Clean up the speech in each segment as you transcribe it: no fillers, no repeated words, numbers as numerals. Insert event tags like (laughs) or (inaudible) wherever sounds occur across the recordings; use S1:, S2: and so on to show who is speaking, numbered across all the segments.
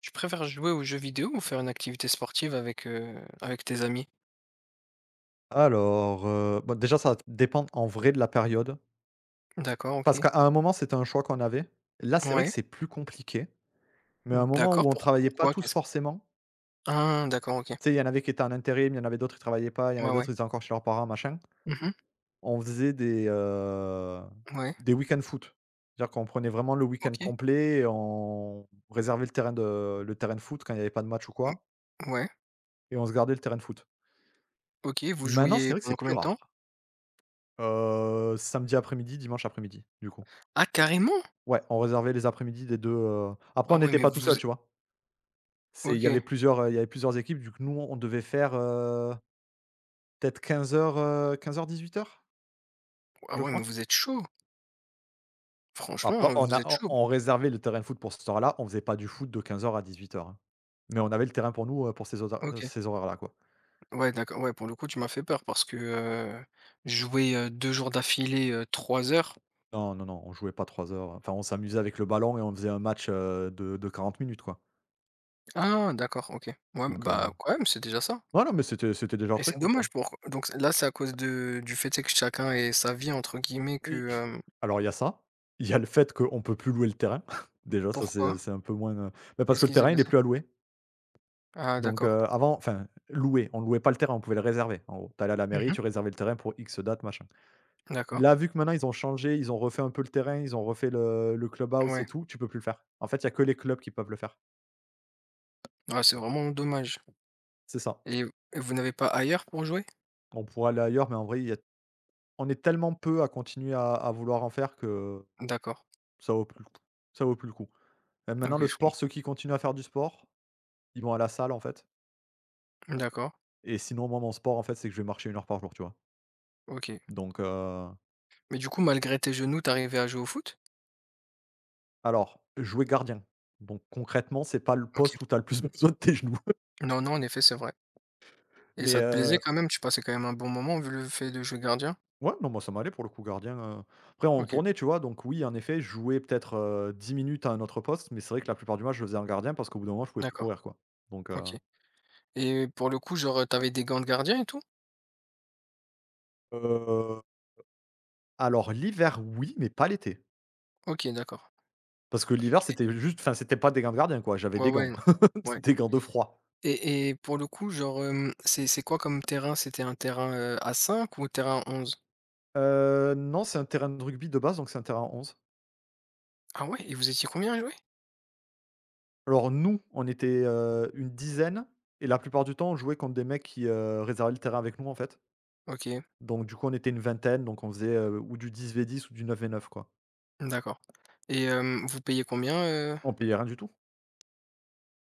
S1: Tu préfères jouer aux jeux vidéo ou faire une activité sportive avec, avec tes amis?
S2: Alors, bah, déjà, ça va dépendre en vrai de la période.
S1: D'accord,
S2: Parce
S1: OK.
S2: qu'à un moment, c'était un choix qu'on avait. Là, c'est vrai que
S1: Ouais.
S2: c'est plus compliqué, mais à un moment
S1: D'accord,
S2: où on
S1: pour
S2: travaillait pas
S1: pourquoi?
S2: tous
S1: Qu'est-ce que...
S2: forcément,
S1: Ah d'accord, OK.
S2: tu sais, il y en avait qui étaient en intérim, il y en avait d'autres, qui travaillaient pas, il y en
S1: Ouais,
S2: avait d'autres,
S1: ouais.
S2: qui étaient encore chez leurs parents, machin.
S1: Mmh.
S2: On faisait des, heu,
S1: Ouais,
S2: des week-end foot. C'est-à-dire qu'on prenait vraiment le week-end
S1: OK.
S2: complet et on réservait le terrain de foot quand il n'y avait pas de match ou quoi,
S1: Mmh, ouais,
S2: et on se gardait le terrain de foot.
S1: OK, vous
S2: Maintenant, c'est
S1: jouiez
S2: vrai que
S1: pendant
S2: c'est plus
S1: combien de
S2: rare.
S1: temps?
S2: Samedi après-midi, dimanche après-midi, du coup.
S1: Ah carrément!
S2: Ouais, on réservait les après-midi des 2. Après
S1: Ah
S2: on
S1: ouais,
S2: n'était
S1: mais
S2: pas tout seul,
S1: vous
S2: tu vois? C'est il y avait
S1: OK.
S2: plusieurs, Il y avait plusieurs équipes, du coup nous on devait faire, peut-être 15 h - 18 h,
S1: Ah
S2: je
S1: ouais, mais
S2: crois?
S1: vous êtes chaud. Franchement,
S2: Après on
S1: vous
S2: a
S1: êtes
S2: on
S1: chaud.
S2: on réservait le terrain de foot pour cette heure-là, on faisait pas du foot de 15 h à 18 h, hein. Mais on avait le terrain pour nous, pour
S1: OK.
S2: ces horaires-là, quoi.
S1: Ouais, d'accord, ouais, pour le coup, tu m'as fait peur parce que, jouer, 2 jours d'affilée, 3 heures.
S2: Non, non, non, on jouait pas 3 heures, enfin on s'amusait avec le ballon et on faisait un match, de 40 minutes, quoi.
S1: Ah d'accord, OK. Ouais,
S2: Donc,
S1: bah, quand même, c'est déjà ça.
S2: ouais, non mais c'était déjà
S1: Et
S2: très
S1: c'est
S2: cool, quoi.
S1: dommage pour Donc là, c'est à cause de du fait, c'est que chacun ait «sa vie» entre guillemets que, hem
S2: Alors il y a ça, il y a le fait qu'on peut plus louer le terrain. (laughs) Déjà ça
S1: pourquoi?
S2: c'est un peu moins, bah, parce
S1: Qu'est-ce
S2: que le
S1: qui s'est
S2: terrain il est
S1: passé?
S2: plus à louer.
S1: Ah
S2: Donc,
S1: d'accord.
S2: avant enfin louer, on louait pas le terrain, on pouvait le réserver en gros. Tu À la mairie,
S1: Mmh.
S2: tu réservais le terrain pour X date machin.
S1: D'accord,
S2: Là, vu que maintenant ils ont changé, ils ont refait un peu le terrain, ils ont refait le clubhouse
S1: ouais.
S2: et tout, tu peux plus le faire. En fait, il y a que les clubs qui peuvent le faire.
S1: Ah, c'est vraiment dommage
S2: C'est ça.
S1: et et vous n'avez pas ailleurs pour jouer?
S2: On pourrait aller ailleurs, mais en vrai il y a on est tellement peu à continuer à vouloir en faire que
S1: D'accord.
S2: ça vaut plus le coup. Ça vaut plus le coup. Même maintenant
S1: OK,
S2: le
S1: je
S2: sport, ceux
S1: comprends.
S2: qui continuent à faire du sport, ils vont à la salle en fait.
S1: D'accord,
S2: Et sinon, moi, mon sport, en fait, c'est que je vais marcher 1 heure par jour, tu vois?
S1: OK.
S2: Donc,
S1: Mais du coup, malgré tes genoux, tu arrivais à jouer au foot?
S2: alors, jouer gardien, donc concrètement, c'est pas le
S1: OK.
S2: poste où tu as le plus (laughs) besoin de tes genoux.
S1: Non, non, en effet, c'est vrai
S2: (laughs)
S1: et
S2: Mais,
S1: ça te plaisait quand même? Tu passais quand même un bon moment vu le fait de jouer gardien?
S2: ouais, non, moi, ça m'allait pour le coup gardien, après on
S1: OK,
S2: tournait, tu vois? Donc oui, en effet, je jouais peut-être, 10 minutes à un autre poste, mais c'est vrai que la plupart du match, je le faisais en gardien parce qu'au bout d'un moment, je pouvais plus
S1: d'accord,
S2: courir, quoi. Donc,
S1: OK et pour le coup, genre, t'avais des gants de gardien et tout?
S2: heu, alors l'hiver, oui, mais pas l'été.
S1: OK, d'accord.
S2: Parce que l'hiver, c'était juste enfin, c'était pas des gants de gardien, quoi, j'avais
S1: Ouais,
S2: des
S1: ouais.
S2: gants. (laughs)
S1: Ouais.
S2: Des gants de froid.
S1: Et pour le coup, genre, c'est quoi comme terrain? C'était un terrain, à 5 ou terrain onze?
S2: Non, c'est un terrain de rugby de base, donc c'est un terrain onze.
S1: Ah ouais? Et vous étiez combien à jouer?
S2: Alors nous, on était, une dizaine et la plupart du temps, on jouait contre des mecs qui, réservaient le terrain avec nous, en fait.
S1: OK,
S2: Donc du coup, on était une vingtaine, donc on faisait, ou du 10v10 ou du 9v9, quoi.
S1: d'accord. Et vous payez combien,
S2: On payait rien du tout.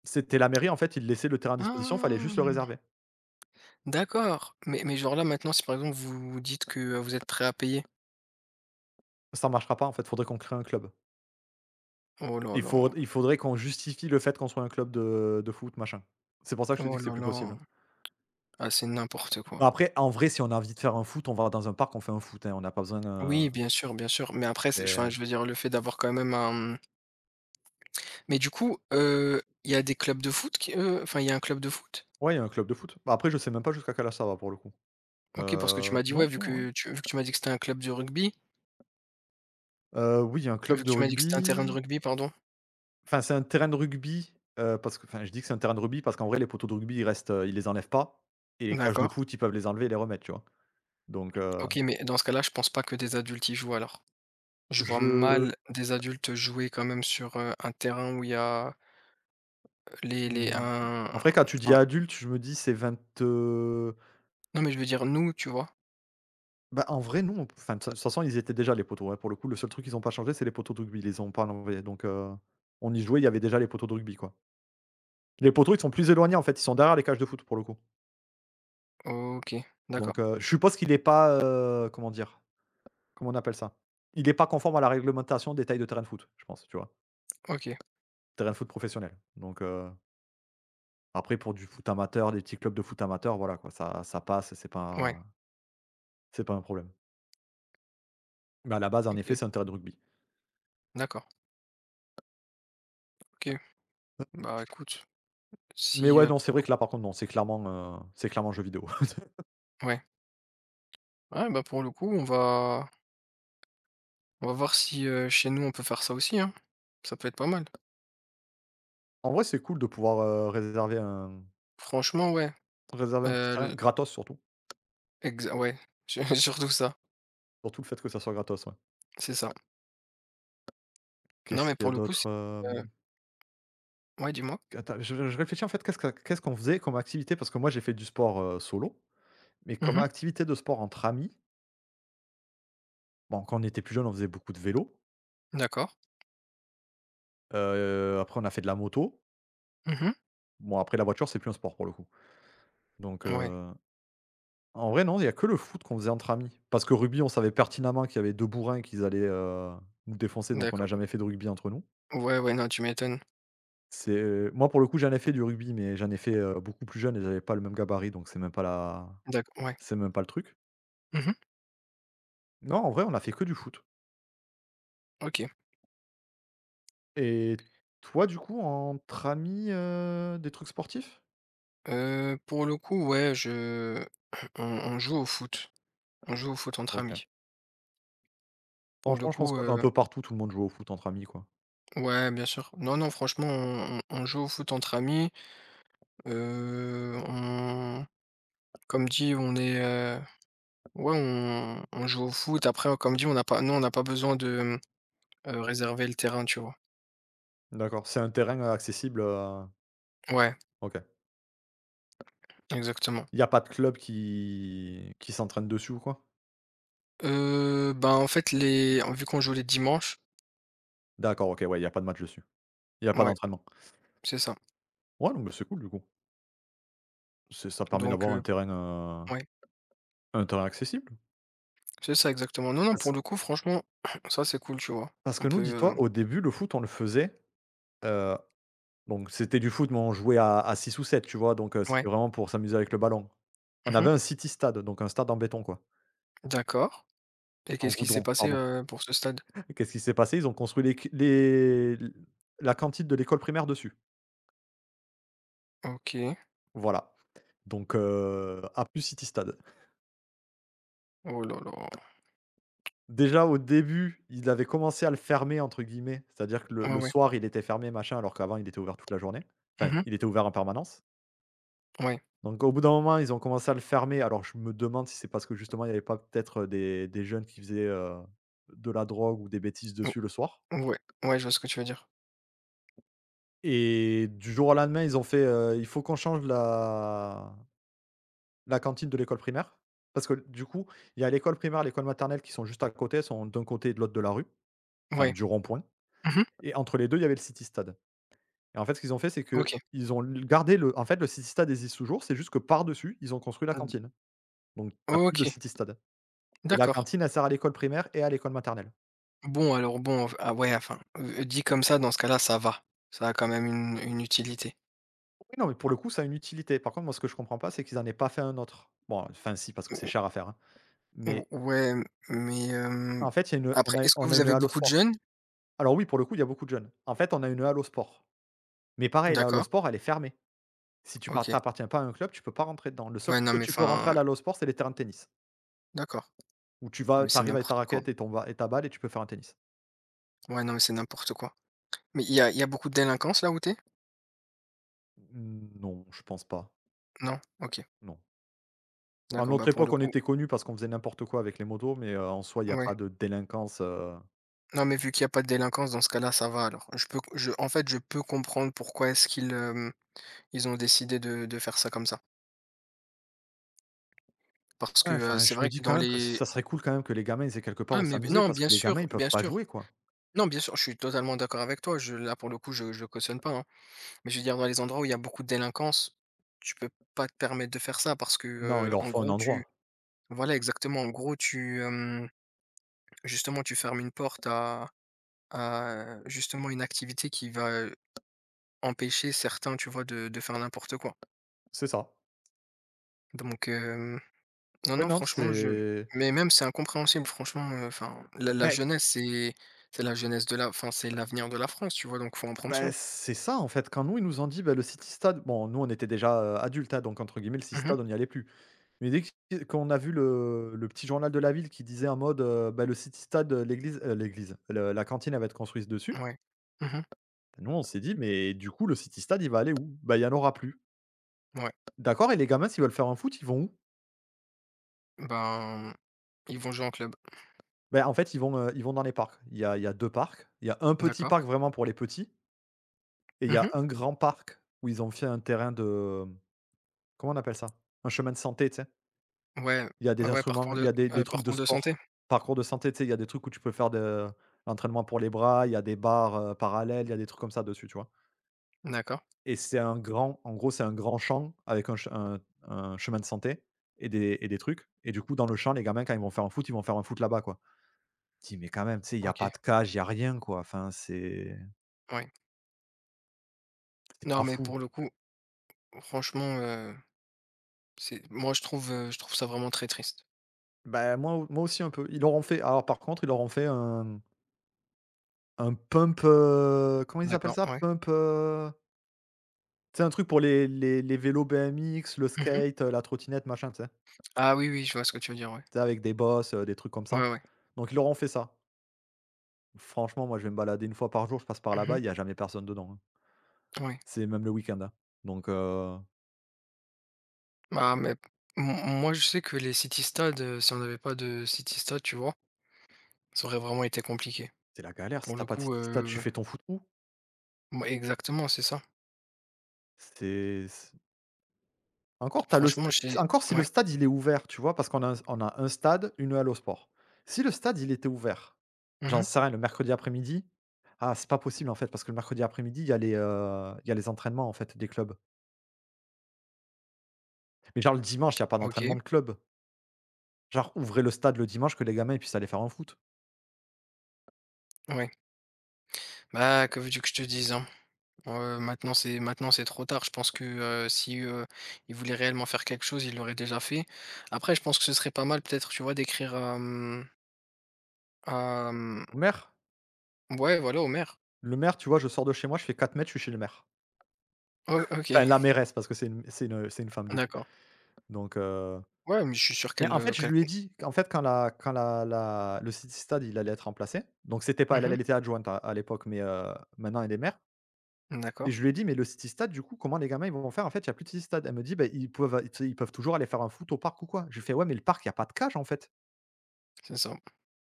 S2: C'était la mairie, en fait, ils laissaient le terrain à disposition, fallait juste le
S1: Ah!
S2: réserver.
S1: D'accord. Mais genre là, maintenant, si par exemple vous dites que, vous êtes prêt à payer.
S2: Ça marchera pas, en fait, faudrait qu'on crée un club.
S1: Oh là là,
S2: Il faudrait qu'on justifie le fait qu'on soit un club de foot, machin. C'est pour ça que je te
S1: oh
S2: dis que c'est
S1: là
S2: plus
S1: là.
S2: possible.
S1: Ah, c'est n'importe quoi.
S2: Bah, après, en vrai, si on a envie de faire un foot, on va dans un parc, on fait un foot, hein, on n'a pas besoin,
S1: Oui, bien sûr, bien sûr. Mais après, c'est enfin,
S2: c'est
S1: je veux dire le fait d'avoir quand même un, mmh. Mais du coup, il y a des clubs de foot qui, enfin, il y a un club de foot?
S2: ouais, il y a un club de foot. Bah, après, je sais même pas jusqu'à quel âge ça va, pour le coup.
S1: OK, parce que tu m'as dit,
S2: Non,
S1: ouais,
S2: si, en vrai.
S1: vu que tu m'as dit que c'était un club de rugby.
S2: Oui, il y a un
S1: Vu que
S2: club de
S1: tu m'as dit que c'était un terrain de
S2: rugby.
S1: rugby, pardon?
S2: Enfin, c'est un terrain de rugby, parce que enfin, je dis que c'est un terrain de rugby parce qu'en vrai, les poteaux de rugby, ils restent, ils les enlèvent pas et les cages de
S1: D'accord.
S2: foot, ils peuvent les enlever et les remettre, tu vois? Donc, heu,
S1: OK, mais dans ce cas-là, je pense pas que des adultes y jouent alors. Je vois
S2: je
S1: mal des adultes jouer quand même sur, un terrain où il y a les
S2: mmh,
S1: un
S2: En vrai, quand tu dis
S1: enfin,
S2: adulte, je me dis c'est 20.
S1: non, mais je veux dire nous, tu vois?
S2: Bah, en vrai, non, enfin, de toute façon, ils étaient déjà les poteaux, hein, pour le coup. Le seul truc qu'ils n'ont pas changé, c'est les poteaux de rugby. Ils les ont pas enlevés, donc, on y jouait, il y avait déjà les poteaux de rugby, quoi. Les poteaux, ils sont plus éloignés, en fait, ils sont derrière les cages de foot, pour le coup.
S1: OK, d'accord.
S2: Donc je suppose qu'il est pas, comment dire? Comment on appelle ça? Il est pas conforme à la réglementation des tailles de terrain de foot, je pense, tu vois?
S1: OK,
S2: Terrain de foot professionnel. Donc après pour du foot amateur, des petits clubs de foot amateur, voilà quoi, ça passe,
S1: ouais,
S2: c'est pas un problème. Mais à la base, en effet,
S1: OK,
S2: c'est un terrain de rugby.
S1: d'accord. OK. Bah, écoute,
S2: Mais
S1: si,
S2: ouais, non,
S1: pour
S2: c'est
S1: le
S2: vrai que
S1: coup
S2: là, par contre, non, c'est clairement jeu vidéo. (laughs)
S1: ouais. Ouais, bah, pour le coup, on va voir si, chez nous, on peut faire ça aussi, hein. Ça peut être pas mal.
S2: En vrai, c'est cool de pouvoir,
S1: Franchement, ouais,
S2: réserver un petit terrain,
S1: le
S2: gratos surtout.
S1: exa ouais, (laughs) surtout ça,
S2: Surtout le fait que ça soit gratos, ouais.
S1: c'est ça. Non,
S2: Qu'est-ce
S1: mais
S2: qu'il y
S1: pour
S2: a
S1: le coup, c'est
S2: d'autre,
S1: heu
S2: hem?
S1: ouais, dis-moi?
S2: Attends, je réfléchis en fait qu'est-ce qu'on faisait comme activité? Parce que moi j'ai fait du sport, solo, mais comme
S1: Mmh.
S2: activité de sport entre amis, bon quand on était plus jeune on faisait beaucoup de vélo,
S1: D'accord.
S2: après on a fait de la moto.
S1: Mmh.
S2: Bon après la voiture, c'est plus un sport pour le coup. Donc,
S1: Ouais,
S2: en vrai non, il y a que le foot qu'on faisait entre amis. Parce que rugby, on savait pertinemment qu'il y avait 2 bourrins qu'ils allaient, nous défoncer, donc on n'a
S1: d'accord.
S2: jamais fait de rugby entre nous.
S1: Ouais, ouais, non, tu m'étonnes.
S2: C'est moi pour le coup, j'en ai fait du rugby, mais j'en ai fait, beaucoup plus jeune et j'avais pas le même gabarit, donc
S1: D'accord, ouais.
S2: c'est même pas le truc.
S1: Mmh.
S2: Non, en vrai, on a fait que du foot.
S1: OK.
S2: Et toi, du coup, entre amis, des trucs sportifs?
S1: Pour le coup, ouais, je (clears throat) on joue au foot. On joue au foot entre
S2: OK.
S1: amis. Pour le
S2: Franchement, je pense
S1: coup,
S2: qu'un peu partout, tout le monde joue au foot entre amis, quoi.
S1: ouais, bien sûr. Non, non, franchement, on joue au foot entre amis. On Comme dit, on est, ouais, on joue au foot. Après, comme dit, on n'a pas nous, on n'a pas besoin de, réserver le terrain, tu vois?
S2: D'accord, c'est un terrain, accessible,
S1: Ouais,
S2: OK.
S1: exactement.
S2: Il y a pas de club qui s'entraîne dessus ou quoi?
S1: Ben, en fait, les vu qu'on joue les dimanches
S2: D'accord, OK, ouais, il y a pas de match dessus. Il y a pas
S1: ouais,
S2: d'entraînement.
S1: c'est ça.
S2: Ouais, non, mais c'est cool, du coup. C'est Ça permet
S1: Donc
S2: d'avoir
S1: heu,
S2: heu,
S1: ouais,
S2: un terrain accessible.
S1: c'est ça exactement. Non, non, pour
S2: Parce
S1: le coup, franchement, (clears throat) ça, c'est cool, tu vois?
S2: parce
S1: On
S2: que
S1: peut,
S2: nous,
S1: heu
S2: dis-toi, au début, le foot, on le faisait, heu donc c'était du foot, mais on jouait à 6 ou 7, tu vois? Donc
S1: ouais.
S2: c'était vraiment pour s'amuser avec le ballon. On
S1: Mmh.
S2: avait un city stade, donc un stade en béton, quoi.
S1: D'accord et
S2: En
S1: qu'est-ce qui s'est
S2: goudron,
S1: passé,
S2: pardon.
S1: pour ce stade?
S2: (laughs) Qu'est-ce qui s'est passé? Ils ont construit les la cantine de l'école primaire dessus.
S1: OK.
S2: Voilà, donc a plus city stade.
S1: Oh là là.
S2: Déjà au début, ils avaient commencé à le «fermer» entre guillemets, c'est-à-dire que le
S1: Ouais,
S2: le
S1: ouais.
S2: soir, il était fermé, machin, alors qu'avant il était ouvert toute la journée. Enfin,
S1: Mmh.
S2: il était ouvert en permanence.
S1: Ouais.
S2: Donc au bout d'un moment, ils ont commencé à le fermer. Alors je me demande si c'est parce que justement il n'y avait pas peut-être, des jeunes qui faisaient, de la drogue ou des bêtises
S1: O
S2: dessus le soir
S1: Ouais. Ouais, je vois ce que tu veux dire.
S2: et du jour au lendemain, ils ont fait: «Il faut qu'on change la cantine de l'école primaire». Parce que du coup, il y a l'école primaire, l'école maternelle qui sont juste à côté, elles sont d'un côté et de l'autre de la rue, enfin
S1: Ouais.
S2: du rond-point
S1: Mmh.
S2: et entre les 2, il y avait le city stade et en fait, ce qu'ils ont fait, c'est que
S1: OK.
S2: ils ont gardé le en fait, le city stade existe toujours, c'est juste que par-dessus, ils ont construit la
S1: Mmh,
S2: cantine. Donc tu plus de
S1: OK,
S2: city stade. Et la
S1: d'accord.
S2: cantine, elle sert à l'école primaire et à l'école maternelle.
S1: Bon, alors bon, ah ouais, enfin, dit comme ça, dans ce cas-là, ça va. Ça a quand même une utilité.
S2: Oui, non, mais pour le coup, ça a une utilité. Par contre, moi, ce que je comprends pas, c'est qu'ils en aient pas fait un autre. Bon, enfin, si, parce que c'est cher à faire, hein.
S1: Ou
S2: Mais
S1: Ouais, mais
S2: en fait, il y a une
S1: après
S2: on a
S1: est-ce que
S2: on a
S1: vous
S2: une
S1: avez
S2: halle aux
S1: beaucoup de
S2: sports.
S1: jeunes?
S2: Alors oui, pour le coup, il y a beaucoup de jeunes. En fait, on a une halle aux sports. Mais pareil, la halle aux
S1: D'accord,
S2: sports, elle est fermée. Si tu par
S1: OK.
S2: tu pas à un club, tu peux pas rentrer dedans. Le seul
S1: Ouais,
S2: truc
S1: non
S2: que
S1: mais
S2: tu peux rentrer à
S1: enfin,
S2: la halle aux sports, c'est les terrains de tennis,
S1: d'accord.
S2: où tu
S1: Non
S2: vas
S1: mais c'est
S2: t'arrives avec ta
S1: n'importe quoi.
S2: raquette et ton ba et ta balle et tu peux faire un tennis.
S1: Ouais, non mais c'est n'importe quoi. Mais il y a beaucoup de délinquance là où tu es?
S2: Non, je pense pas,
S1: Non? OK.
S2: non. À
S1: D'accord, bah,
S2: notre
S1: pour le
S2: époque, on
S1: coup
S2: était connus parce qu'on faisait n'importe quoi avec les motos, mais en soi, il y a
S1: ouais.
S2: pas de délinquance, heu.
S1: Non mais vu qu'il y a pas de délinquance dans ce cas-là, ça va alors. Je peux je En fait, je peux comprendre pourquoi est-ce qu'ils, ils ont décidé de faire ça comme ça. Parce que,
S2: Ouais, enfin,
S1: c'est
S2: je me
S1: vrai
S2: dis
S1: que dans
S2: quand même que
S1: les
S2: ça serait cool quand même que les gamins ils aient quelque part
S1: ah
S2: où
S1: mais b
S2: s'amuser
S1: non,
S2: parce
S1: bien
S2: que les gamins
S1: sûr,
S2: ils peuvent
S1: bien
S2: pas
S1: sûr.
S2: jouer, quoi.
S1: Non, bien sûr, je suis totalement d'accord avec toi, je là pour le coup, je cautionne pas, hein. Mais je veux dire, dans les endroits où il y a beaucoup de délinquance, tu peux pas te permettre de faire ça parce que,
S2: Non, il leur
S1: en
S2: faut un
S1: gros, tu
S2: endroit.
S1: voilà, exactement. En gros, tu, justement, tu fermes une porte à justement une activité qui va, empêcher certains, tu vois, de faire n'importe quoi.
S2: C'est ça.
S1: Donc, non,
S2: Ouais,
S1: non,
S2: non,
S1: franchement, je mais même c'est incompréhensible, franchement, enfin, la
S2: mais
S1: jeunesse, c'est la jeunesse de la enfin, c'est l'avenir de la France, tu vois? Donc faut en prendre soin.
S2: c'est ça en fait. Quand nous, ils nous ont dit: «Bah, le Citystad», bon, nous on était déjà, adultes, hein, donc entre guillemets, le
S1: Mmh.
S2: Citystad, on n'y allait plus. Mais dès que qu'on a vu le petit journal de la ville qui disait en mode, «Bah, le Citystad, l'église», l'église, le la cantine elle va être construite dessus.
S1: Ouais. Mmh.
S2: Nous, on s'est dit: «Mais du coup, le Citystad, il va aller où? Bah, il y en aura plus».
S1: Ouais.
S2: D'accord, et les gamins s'ils veulent faire un foot, ils vont où?
S1: Ben, ils vont jouer en club.
S2: Ben en fait, ils vont dans les parcs. Il y a 2 parcs. Il y a un petit
S1: D'accord.
S2: parc vraiment pour les petits et il y a
S1: Mmh.
S2: un grand parc où ils ont fait un terrain de, mmh, comment on appelle ça? Un chemin de santé, tu sais?
S1: Ouais,
S2: Il y a
S1: ouais,
S2: des
S1: ouais,
S2: instruments, il y a des trucs de
S1: parcours de santé?
S2: sport, parcours de santé, tu sais? Il y a des trucs où tu peux faire de l'entraînement pour les bras, il y a des barres, parallèles, il y a des trucs comme ça dessus, tu vois?
S1: D'accord,
S2: Et c'est un grand champ avec un chemin de santé et des trucs, et du coup, dans le champ, les gamins, quand ils vont faire un foot, ils vont faire un foot là-bas, quoi. Tu dis: «Mais quand même, tu sais, il y a
S1: OK,
S2: pas de cage, il y a rien, quoi».
S1: ouais.
S2: C'est
S1: Non,
S2: pas
S1: mais
S2: fou.
S1: pour le coup, franchement, c'est moi je trouve ça vraiment très triste.
S2: Bah, moi au moi aussi un peu. Ils leur ont fait alors par contre, ils leur ont fait un pump, comment ils appellent
S1: D'accord,
S2: ça?
S1: ouais.
S2: Pump, tu un truc pour les vélos BMX, le
S1: Mmh.
S2: skate, la trottinette, machin, tu sais?
S1: Ah oui, oui, je vois ce que tu veux dire, ouais.
S2: Tu sais avec des bosses, des trucs comme
S1: Ouais,
S2: ça.
S1: ouais, ouais.
S2: Donc ils leur ont fait ça. Franchement, moi je vais me balader une fois par jour, je passe par
S1: Mmh mh.
S2: là-bas, il y a jamais personne dedans, hein.
S1: Oui.
S2: C'est même le week-end, hein. Donc
S1: Bah, mais m moi je sais que les city stades, si on n'avait pas de city stades, tu vois? Ça aurait vraiment été compliqué.
S2: c'est la galère si
S1: Pour
S2: t'as
S1: le
S2: pas de
S1: coup,
S2: city skate, tu fais ton foot où?
S1: ouais, exactement, c'est ça.
S2: C'est Encore tu as le st
S1: Franchement, j'ai
S2: encore si le
S1: ouais.
S2: stade il est ouvert, tu vois? Parce qu'on a un on a un stade, une halle au sport. Si le stade il était ouvert, j'en
S1: Mmh.
S2: sais rien, le mercredi après-midi? Ah, c'est pas possible en fait, parce que le mercredi après-midi, il y a les entraînements en fait des clubs. Mais genre le dimanche, il y a pas
S1: OK,
S2: d'entraînement de club. Genre ouvrez le stade le dimanche que les gamins ils puissent aller faire un foot.
S1: ouais. Bah, que veux-tu que je te dise, hein? Ouais, maintenant c'est trop tard. Je pense que si, il voulait réellement faire quelque chose, il l'aurait déjà fait. Après, je pense que ce serait pas mal peut-être, tu vois, d'écrire à, à, mmh,
S2: Au maire?
S1: ouais, voilà, au maire.
S2: Le maire, tu vois, je sors de chez moi, je fais 4 mètres, je suis chez le maire.
S1: O OK,
S2: Enfin la
S1: (laughs)
S2: mairesse parce que c'est une femme du coup.
S1: d'accord.
S2: Donc heu.
S1: Ouais, mais je suis sûr
S2: Mais
S1: qu'elle,
S2: en fait, je
S1: qu'elle
S2: lui
S1: com
S2: ai dit qu'en fait, quand la la le city stade, il allait être remplacé, donc c'était pas elle,
S1: mmh
S2: elle était adjointe à l'époque, mais maintenant elle est maire et
S1: d'accord,
S2: je lui ai dit: «Mais le city stade, du coup, comment les gamins ils vont faire? En fait, il y a plus de city stade». Elle me dit: «Beh, ils peuvent toujours aller faire un foot au parc ou quoi». Je lui fais: «Ouais, mais le parc, il y a pas de cage, en fait».
S1: c'est ça.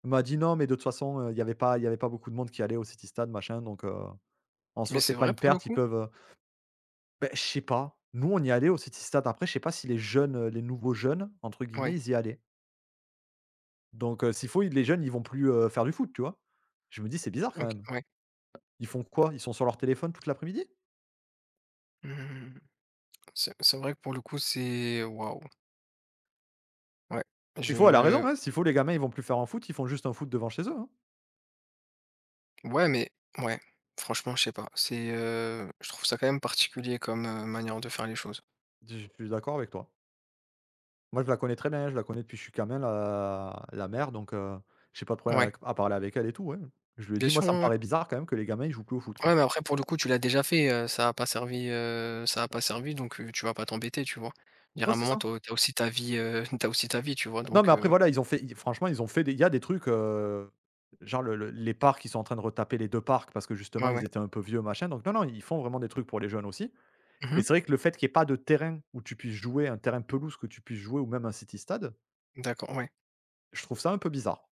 S2: Elle m'a dit: «Non, mais de toute façon, il y avait pas beaucoup de monde qui allait au city stade, machin, donc en
S1: Mais
S2: soi, c'est
S1: c'est
S2: pas
S1: vrai
S2: une
S1: pour le
S2: perte, ils
S1: coup?
S2: peuvent». Beh, je sais pas. Nous, on y allait au city stade. Après, je sais pas si les jeunes, les nouveaux jeunes, entre guillemets,
S1: Ouais,
S2: ils y allaient. Donc s'il faut, les jeunes, ils vont plus, faire du foot, tu vois? Je me dis: «C'est bizarre quand
S1: OK,
S2: même».
S1: ouais.
S2: Ils font quoi? Ils sont sur leur téléphone toute l'après-midi?
S1: Mmh mmh. C'est vrai que pour le coup, c'est waouh, ouais.
S2: S'il faut, elle a
S1: Je
S2: raison, hein, s'il faut, les gamins, ils vont plus faire un foot, ils font juste un foot devant chez eux, hein.
S1: Ouais, ouais, franchement, je sais pas. C'est, je trouve ça quand même particulier comme, manière de faire les choses.
S2: Je suis d'accord avec toi. Moi, je la connais très bien, hein, je la connais depuis que je suis gamin, la mère, donc j'ai pas de problème
S1: Ouais.
S2: avec à parler avec elle et tout, hein. Je lui ai
S1: Bien
S2: dit: «Moi,
S1: sûr,
S2: ça me
S1: ouais, ouais.
S2: paraît bizarre quand même que les gamins, ils jouent plus au foot, quoi».
S1: Ouais, mais après pour le coup, tu l'as déjà fait, ça a pas servi donc tu vas pas t'embêter, tu vois? Il y a
S2: Ouais,
S1: un
S2: c'est ça.
S1: moment t'as au aussi ta vie, tu (laughs) aussi ta vie, tu vois?
S2: Non, mais après voilà, ils ont fait ils franchement, ils ont fait des il y a des trucs, genre le les parcs, ils sont en train de retaper les 2 parcs parce que justement,
S1: Ouais, ouais.
S2: ils étaient un peu vieux, machin, donc non, non, ils font vraiment des trucs pour les jeunes aussi. Et
S1: Mmh.
S2: c'est vrai que le fait qu'il y ait pas de terrain où tu puisses jouer, un terrain pelouse que tu puisses jouer ou même un city stade,
S1: D'accord, ouais.
S2: je trouve ça un peu bizarre.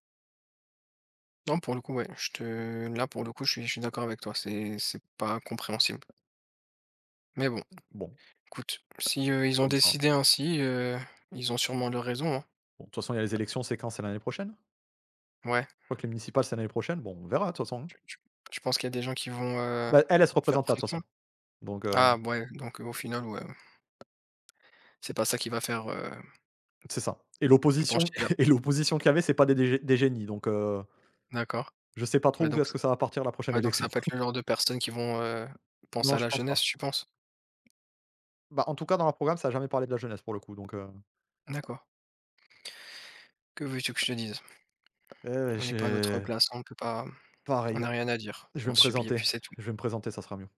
S1: Non, pour le coup, ouais, je te là, pour le coup, je suis d'accord avec toi, c'est pas compréhensible. Mais bon,
S2: Bon,
S1: écoute, si,
S2: c'est
S1: ils ont
S2: comme ça, hein.
S1: décidé ainsi, ils ont sûrement leur raison hein.
S2: Bon, de toute façon, il y a les élections, c'est quand? C'est l'année prochaine?
S1: Ouais,
S2: Je crois que les municipales, c'est l'année prochaine. Bon, on verra, de toute façon, hein.
S1: tu tu tu penses qu'il y a des gens qui vont,
S2: Bah, elle, elle se
S1: faire
S2: représente pas, de toute
S1: pression?
S2: façon, donc
S1: Ah ouais, donc au final, ouais, c'est pas ça qui va faire,
S2: c'est ça, et l'opposition
S1: pencher là
S2: (laughs) et l'opposition qu'il y avait, c'est pas des génies, donc
S1: d'accord.
S2: je sais pas trop
S1: Ouais
S2: où
S1: donc
S2: est-ce
S1: c
S2: que ça va partir la prochaine
S1: ouais donc ça
S2: élection.
S1: va pas être le
S2: (laughs)
S1: genre de personnes qui vont, penser
S2: Non,
S1: à
S2: je
S1: la
S2: pense pas.
S1: jeunesse, tu penses?
S2: Bah, en tout cas, dans leur programme, ça a jamais parlé de la jeunesse, pour le coup, donc
S1: D'accord. Que veux-tu que je te dise? On n'est pas à notre
S2: je
S1: place, on peut pas on
S2: pareil,
S1: n'a rien à dire.
S2: je vais
S1: On
S2: me
S1: subit et
S2: présenter
S1: puis c'est tout.
S2: je vais me présenter, ça sera mieux.